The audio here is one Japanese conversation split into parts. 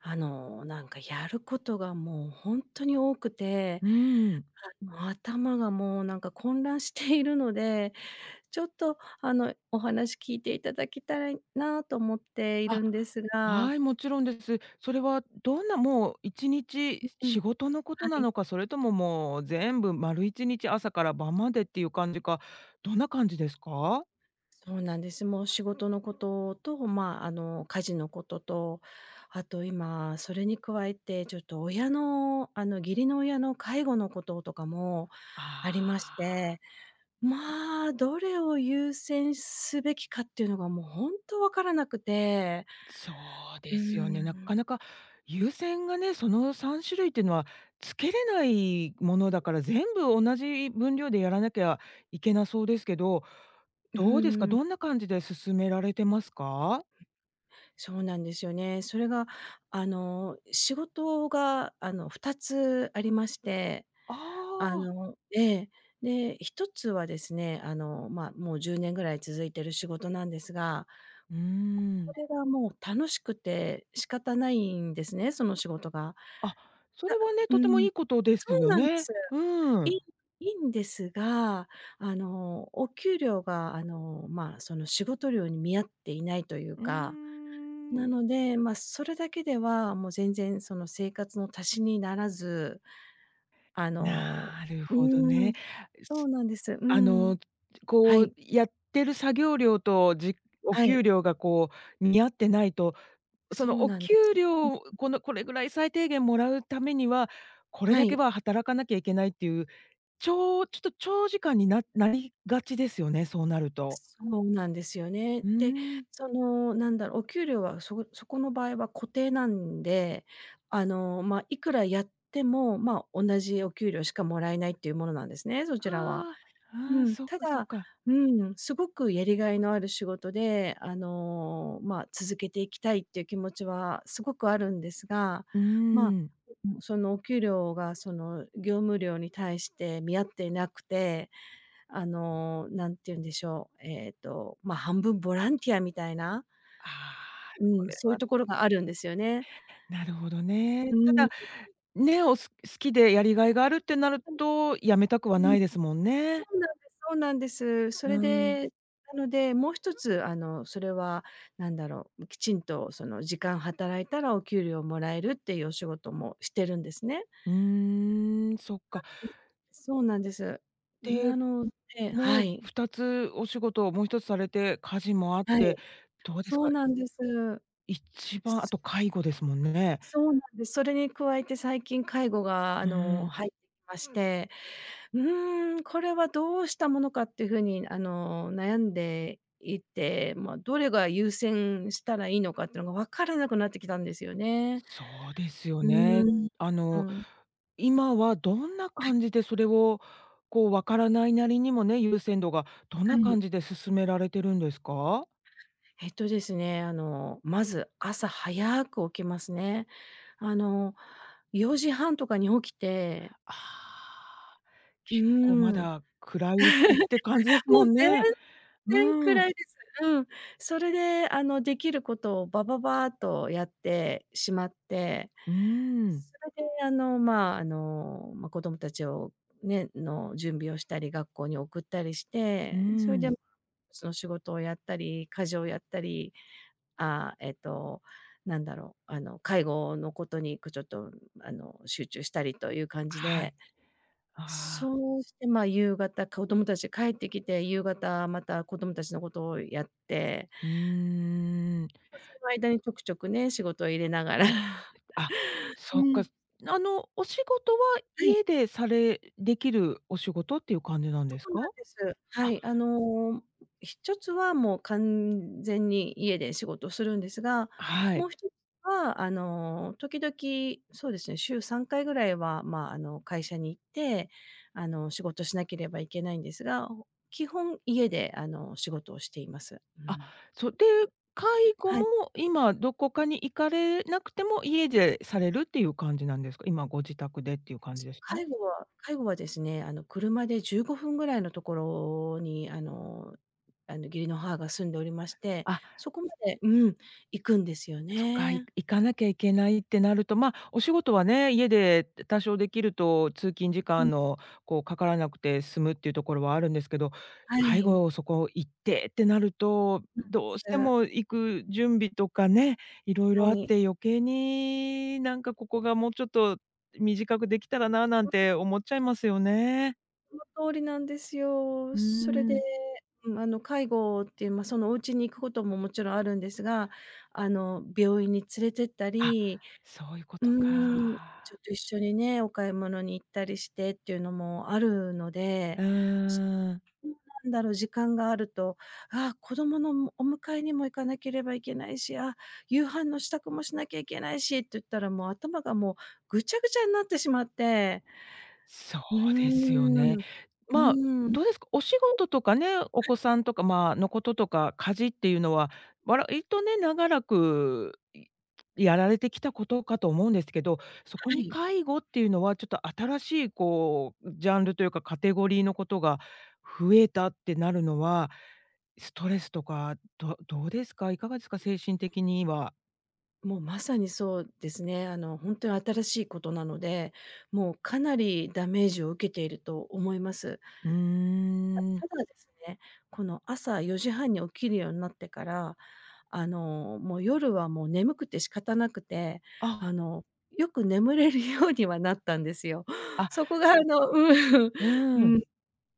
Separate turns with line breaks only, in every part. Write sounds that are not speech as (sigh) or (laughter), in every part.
なんかやることがもう本当に多くて、
うん。
頭がもうなんか混乱しているので、ちょっとお話聞いていただきたらいなと思っている
あ、
んです
は
が、
い、もちろんです。それはどんなもう1日
うん、
仕事のこ
は
とな
い。
のか、それとももう全部丸1日朝から晩までっていう感じか、どんな感じですか？
そうなんです。もう仕事のことと、まあ、家事のことと、あと今それに加えて、ちょっと親の、義理の親の介護のこととかも
あ
ありま
ー、
して、まあ、どれを優先すべきかっていうのがもう本当わからなくて、
そう
う
ですよ
ー
ね。な
ん、
かなか優先がね、その3種類っていうのはつけれないものだから、全部同じ分量でやらなきゃいけなそうですけど、
う
どうですか？
ーん、
どんな感じで進められてますか？
そうなんですよね。それが、仕事が、2つありまして、
ああー、
ええ。で、1つはですね、まあ、もう10年ぐらい続いてる仕事なんですが、
うー
こ
ん。
れがもう楽しくて仕方ないんですね、その仕事が。
あ、それ
た
はね、
う
とても
ん、
いいことで
そ
す
う
よ
なんです。
ね。う
い
ん。
いいいんですが、お給料が、まあ、その仕事量に見合っていないという
うー
か、な
ん、
ので、まあ、それだけでは、もう全然その生活の足しにならず、あの
なる
う
ほど
ー
ね。
ん、そ
す
うなんです。うー
あ
ん。
の、
は
こう、
い、
やってる作業量と、お
は
給
い、
料がこう見合ってないと、そ
そ
の
う
お
なん
給
です。うん、
料、これぐらい最低限もらうためには、これ
は
だけ
い。
は働かなきゃいけないっていう、ちょっと長時間になりがちですよね、そうなると。
そうなんですよね。
うー
で、
ん、
その、なんだろう、お給料はそこの場合は固定なんで、まあ、いくらやっても、まあ、同じお給料しかもらえないっていうものなんですね、そちらは。
ああ、
う
ああ、
ん、
そっ
た
かそっ
だ、
か。
うん、すごくやりがいのある仕事で、まあ、続けていきたいっていう気持ちはすごくあるんですが、
うー
まあ、
ん。
そのお給料がその業務量に対して見合っていなくて、何て言うんでしょう、まあ、半分ボランティアみたいな、
ああ、
う
そ
ん、
れ
そうい
は
うところがあるんですよね。
なるほどね。
う
た
ん。
だ、ね、好きでやりがいがあるってなると、辞めたくは
う
な
ん、
いですもん
そ
ね。
うなんです、そうなんです。そ
う
れ
ー
で、
ん。
なので、もう一つ、それは何だろう、きちんとその時間働いたらお給料もらえるっていうお仕事もしてるんですね。
うーん、そっか。
うん、そうなんです。
で、
なのでは
ね、
い、
2つお仕事をもう一つされて、家事もあっ
はい、
て、どうです
そう
か、
なんです。
一番あと介護ですもんね。
そうなんです。それに加えて最近介護が
うーん、
入ってきまして、うーん、これはどうしたものかっていうふうに悩んでいて、まあ、どれが優先したらいいのかっていうのが分からなくなってきたんですよね。
そうですよ
う
ね。
ーん。
あ
う
の、
ん。
今はどんな感じでそれを、こう、わからないなりにもね、優先度がどん
は
な
い。
感じで進められてるんですか？
えっとですね、あの、まず朝早く起きますね。あの、4時半とかに起きて、
ああ、
う
結構ま
ーん。
だ暗いうちって感じです
も
も
う
ん
全
ね。
然
うん。
暗いです。うん。それで、できることをバババーっとやってしまって、
うん。
それで、子供たちをね、の準備をしたり、学校に送ったりし
う
て、それで、
ん。
その仕事をやったり、家事をやったり、ああ、えっと、介護のことに、こう、ちょっと、集中したりという感じ
は
で、
い。ああ、
そうして、あ夕方、子供たち帰ってきて、夕方また子供たちのことをやって、
うーん。
その間にちょくちょくね、仕事を入れながら (laughs)
あ、
う
そっか。
ん、
お仕事は
はい、
家でできるお仕事っていう感じなん
そ
です
うな
か？
んです。は
あ、
い、1つはもう完全に家で仕事をするんですが、
は
も
い。
う一つは、時々そうですね、週3回ぐらいは、まあ、会社に行って、仕事しなければいけないんですが、基本家で、仕事をしています。う
あ、
ん。
で、介護
はい。
も今どこかに行かれなくても、家でされるっていう感じなんですか？今ご自宅でっていう感じですか？
介護は介護はですね、車で15分ぐらいのところに、あの、義理の母が住んでおりまして、
あ。
そこまで、うん、行くんですよ
そっか、い
ね。
行かなきゃいけないってなると、まあ、お仕事はね、家で多少できると通勤時
うん、
間のこうかからなくて済むっていうところはあるんですけど、
は
介
い。
護をそこ行ってってなると、どうし
そ
て
う、
も行く準備とかね、いろいろ
は
あっ
い。
て余計になんかここがもうちょっと短くできたらななんて思っちゃいますよね。
その通りなんですよ。
うー
それで、
ん。
うん、介護っていう、そのお家に行くことももちろんあるんですが、病院に連れてった
あ、
り、
そういうこ
う
と
ーん、ちょ
か。
っと一緒にね、お買い物に行ったりしてっていうのもあるので、
う
そ
ーん。
そう、なんだろう、時間があると、ああ、子供のお迎えにも行かなければいけないし、あ、夕飯の支度もしなきゃいけないしって言ったらもう頭がもうぐちゃぐちゃになってしまって。
そ
うー
うですよ
ん。
ね。
うー
まあ、
ん、は
どうですか、お仕事とかね、お子さんとか、まあ、のこととか、家事っていうのは、割とね、長らく、やられてきたことかと思うんですけど、そこに
い。
介護っていうのはちょっと新しいこう、ジャンルというかカテゴリーのことが増えたってなるのは、ストレスとか、どうですか？いかがですか？精神的には。
もうまさにそうですね。ほんとに新しいことなので、もうかなりダメージを受けていると思います。
うー
た
ん。
ただですね、この朝4時半に起きるようになってから、もう夜はもう眠くて仕方なくて、
あ、
あの、よく眠れるようにはなったんですよ。(laughs)
あ、
そこがうん、う
うん。
ん、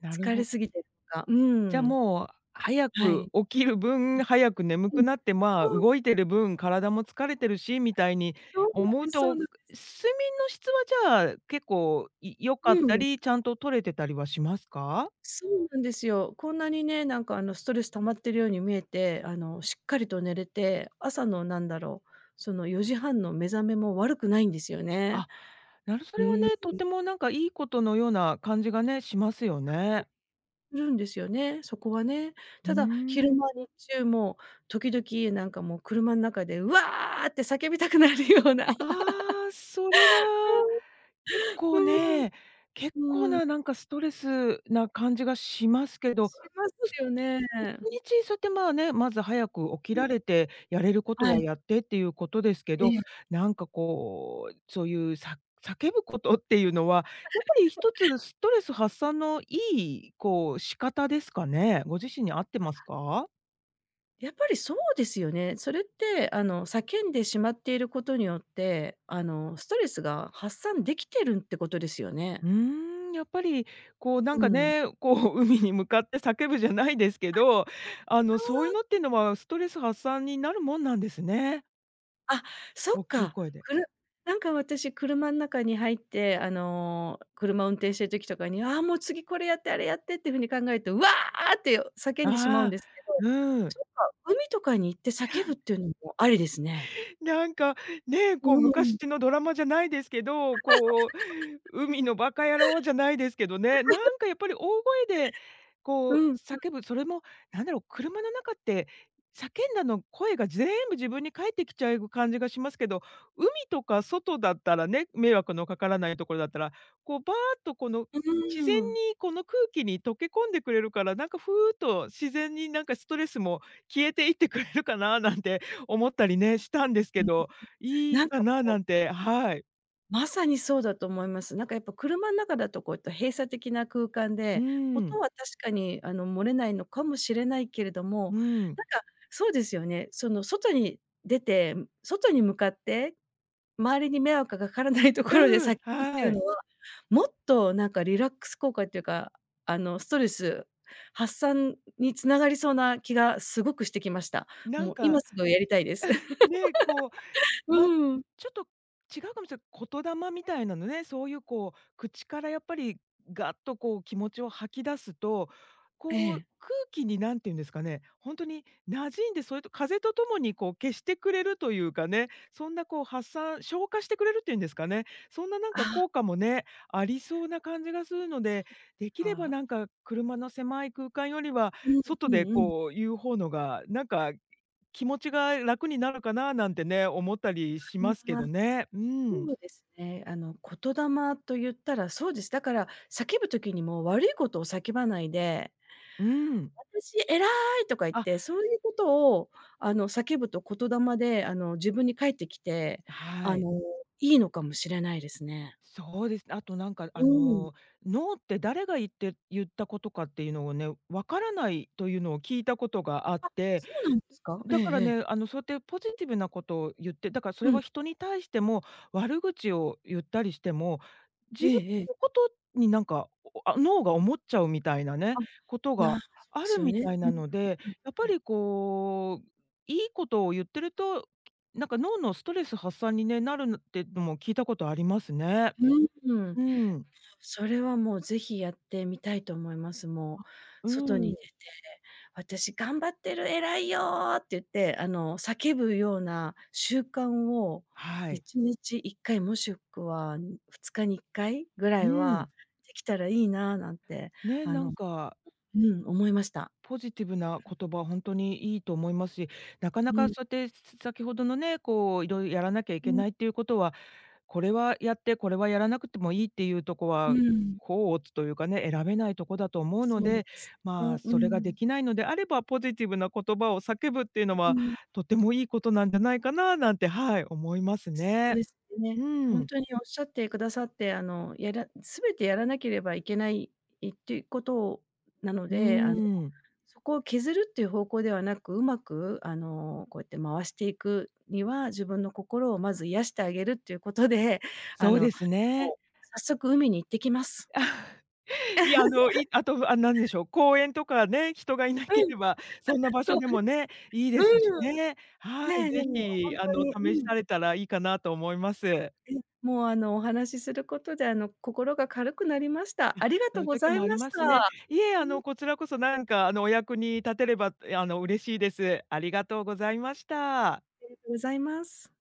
なる
疲れ
ほ
すぎてるのか、う
じゃ、あ
ん、
もう、早
は
く
い。
起きる分、早く眠
う
く
ん、
なって、まあ、
そう、
動いてる分、体も疲れてるしみたいに
そうなん
思う
です、そう
と、
なん
睡眠の質は、じゃあ、結構い良かっ
う
た
ん、
り、ちゃんと取れてたりはしますか？
そうなんですよ。こんなにね、なんかストレス溜まってるように見えて、しっかりと寝れて、朝のなんだろう、その4時半の目覚めも悪くないんですよね。
あ、そ
う
れは
ーん、
ね、とてもなんかいいことのような感じがね、しますよね。
するんですよね、そこはね。
う
ただ、
ー
昼間、
ん。
日中も時々なんかもう車ん中で、うわって叫びたくなるような。(laughs)
ああ、それは結
う
構ね、結
ー
構
ん、うん、
ななんかストレスな感じがしますけど、ど
します
うす
よね。
一日そうやってまあね、まず早く起き
うん、
られて、やれること
は
は
い、
やってっていうことですけ
え
ど、
え。
なんかこう、そういう叫ぶことっていうのは、やっぱり一つストレス発散のいいこう仕方ですかね？ご自身に合ってますか？
やっぱりそうですよね。それって、叫んでしまっていることによって、ストレスが発散できてるってことですよね。
うーん、やっぱりこうな
う
んか
ん。
ね、こう海に向かって叫ぶじゃないですけど、そういうのっていうのはストレス発散になるもんなんですね。
あ、そ
大
っ
きい
か。
声で。
なんか私車ん中に入って、車運転してる時とかに、ああ、もう次これやって、あれやってっていう風に考えると、わあって叫んでしまうん
ああ、
ですけど、
うん。
そっか、海とかに行って叫ぶっていうのもありですね。
なんか、ね、こう
うんうん。
昔のドラマじゃないですけど、こう、海のバカ野郎じゃないですけどね、なんかやっぱり大声でこ
う
う
ん。
叫ぶ、それもなんだろう、車の中って叫んだの声が全部自分に返ってきちゃう感じがしますけど、海とか外だったらね、迷惑のかからないところだったら、こうバーっとこの
う
自然
ーん。
にこの空気に溶け込んでくれるから、なんかふうっと自然になんかストレスも消えていってくれるかななんて思ったりね、したんですけど、いい
なん
か
か
ななんて、はい。
まさにそうだと思います。なんかやっぱ車の中だとこういった閉鎖的な空間
う
で、音
ん、
は確かに漏れないのかもしれないけれども、
うん。
なんかそうですよね。その外に出て、外に向かって周りに迷惑がかからないところで
うん、
叫ぶってい
は
う
い。
のは、もっとなんかリラックス効果っていうか、ストレス発散につながりそうな気がすごくしてきました。
な
も
ん
う今
か、
すぐやりたいです。
ね、こう
(laughs)
まあ、
うん。
ちょっと違うかもしれない、言霊みたいなのね、そういうこう、口からやっぱりガッとこう気持ちを吐き出すと、
(laughs) え
こう
え。
空気に何て言うんですかね、本当に馴染んで、それと風とともにこう消してくれるというかね、そんなこう発散消化してくれるっていうんですかね、そんななん
あ、
か効果もね、ありそうな感じがするの
そ
で、
う
できれば
か。
なんか車の狭い空間よりは、
うん
外
う
で
んうん。
こう言う方のが、なんか気持ちが楽になるかななんてね、思ったりしますけ
ああ、
どね。うん。
そうですね。言霊と言ったらそうです。だから叫ぶ時にも悪いことを叫ばないで、
うん。
私偉いとか言っ
あ、
て、そういうことを叫ぶと言霊で自分に返ってきて、
は
あ
い。
の、いいのかもしれないですね。
そうです。あとなんか
うん。
ノーって誰が言ったことかっていうのをね、わからないというのを聞いたことがあっ
あ、
て、
そうなんですか？え
だ
え
から
ええ。
ね、そうやってポジティブなことを言って、だからそれ
うん。
は人に対しても悪口を言ったりしても、自
え
分
ええ
の
え。
ことになんか、脳が思っちゃうみたいなね、
あ、
ことが
そう
あ
で
る
すよ
み
ね。
たい
う
な
ん
ので、
うん。
やっぱりこう、いいことを言ってると、なんか脳のストレス発散にね、なるのってのも聞いたことありますね。
うーん。
うん、
それはもうぜひやってみたいと思います。もう
う
外に
ん、
出て、私頑張ってる、偉いよって言って、あの叫ぶような習慣を
はい。
1日1回もしくは2日に1回ぐら
う
い
ん。
はできたらいいななんて、
ね、
あ
なん
の
か
うん、思いました。
ポジティブな言葉は本当にいいと思いますし、なかな
う
か
ん。
そうやって先ほどのね、こう、いろいろやらなきゃい
う
け
ん。
ないっていうことは、これはやって、これはやらなくてもいいっていうとこ
う
は、
ん。
こうというかね、選べないとこだと思うの
そうで
で、
すね。
まあ、
う
それがで
ん。
きないのであれば、ポジティブな言葉を叫ぶっていうの
う
は、
ん。
とてもいいことなんじゃないかななんて、はい、思います
そう
ね。
ですね。
う
ほん
ん。
とにおっしゃってくださって、全てやらなければいけないっていうことなの
う
で、
ん。
そこを削るっていう方向ではなく、うまく、こうやって回していくには、自分の心をまず癒してあげるっていうことで、(laughs) あ
そう
の、
ですね。
もう早速海に行ってきます。
いや、
(laughs)
あと、あ、なんでしょう、公園とかね、人がいな
う
け
ん、
れば、そんな場
そ
所
う、
でもね、いいですし
うん。
ね。はい、
ね、で
ぜ
もほ
ひ、
んとに、う
試
ん、
されたらいいかなと思います。
え、もう、お話しすることで、心が軽くなりました。ありが
そ
とう
ういう
ご
時
ざい
もあり
まし
ますね。
た。
いえ、
うん。
こちらこそなんか、お役に立てれば、嬉しいです。ありがとうございました。
りがとうございます。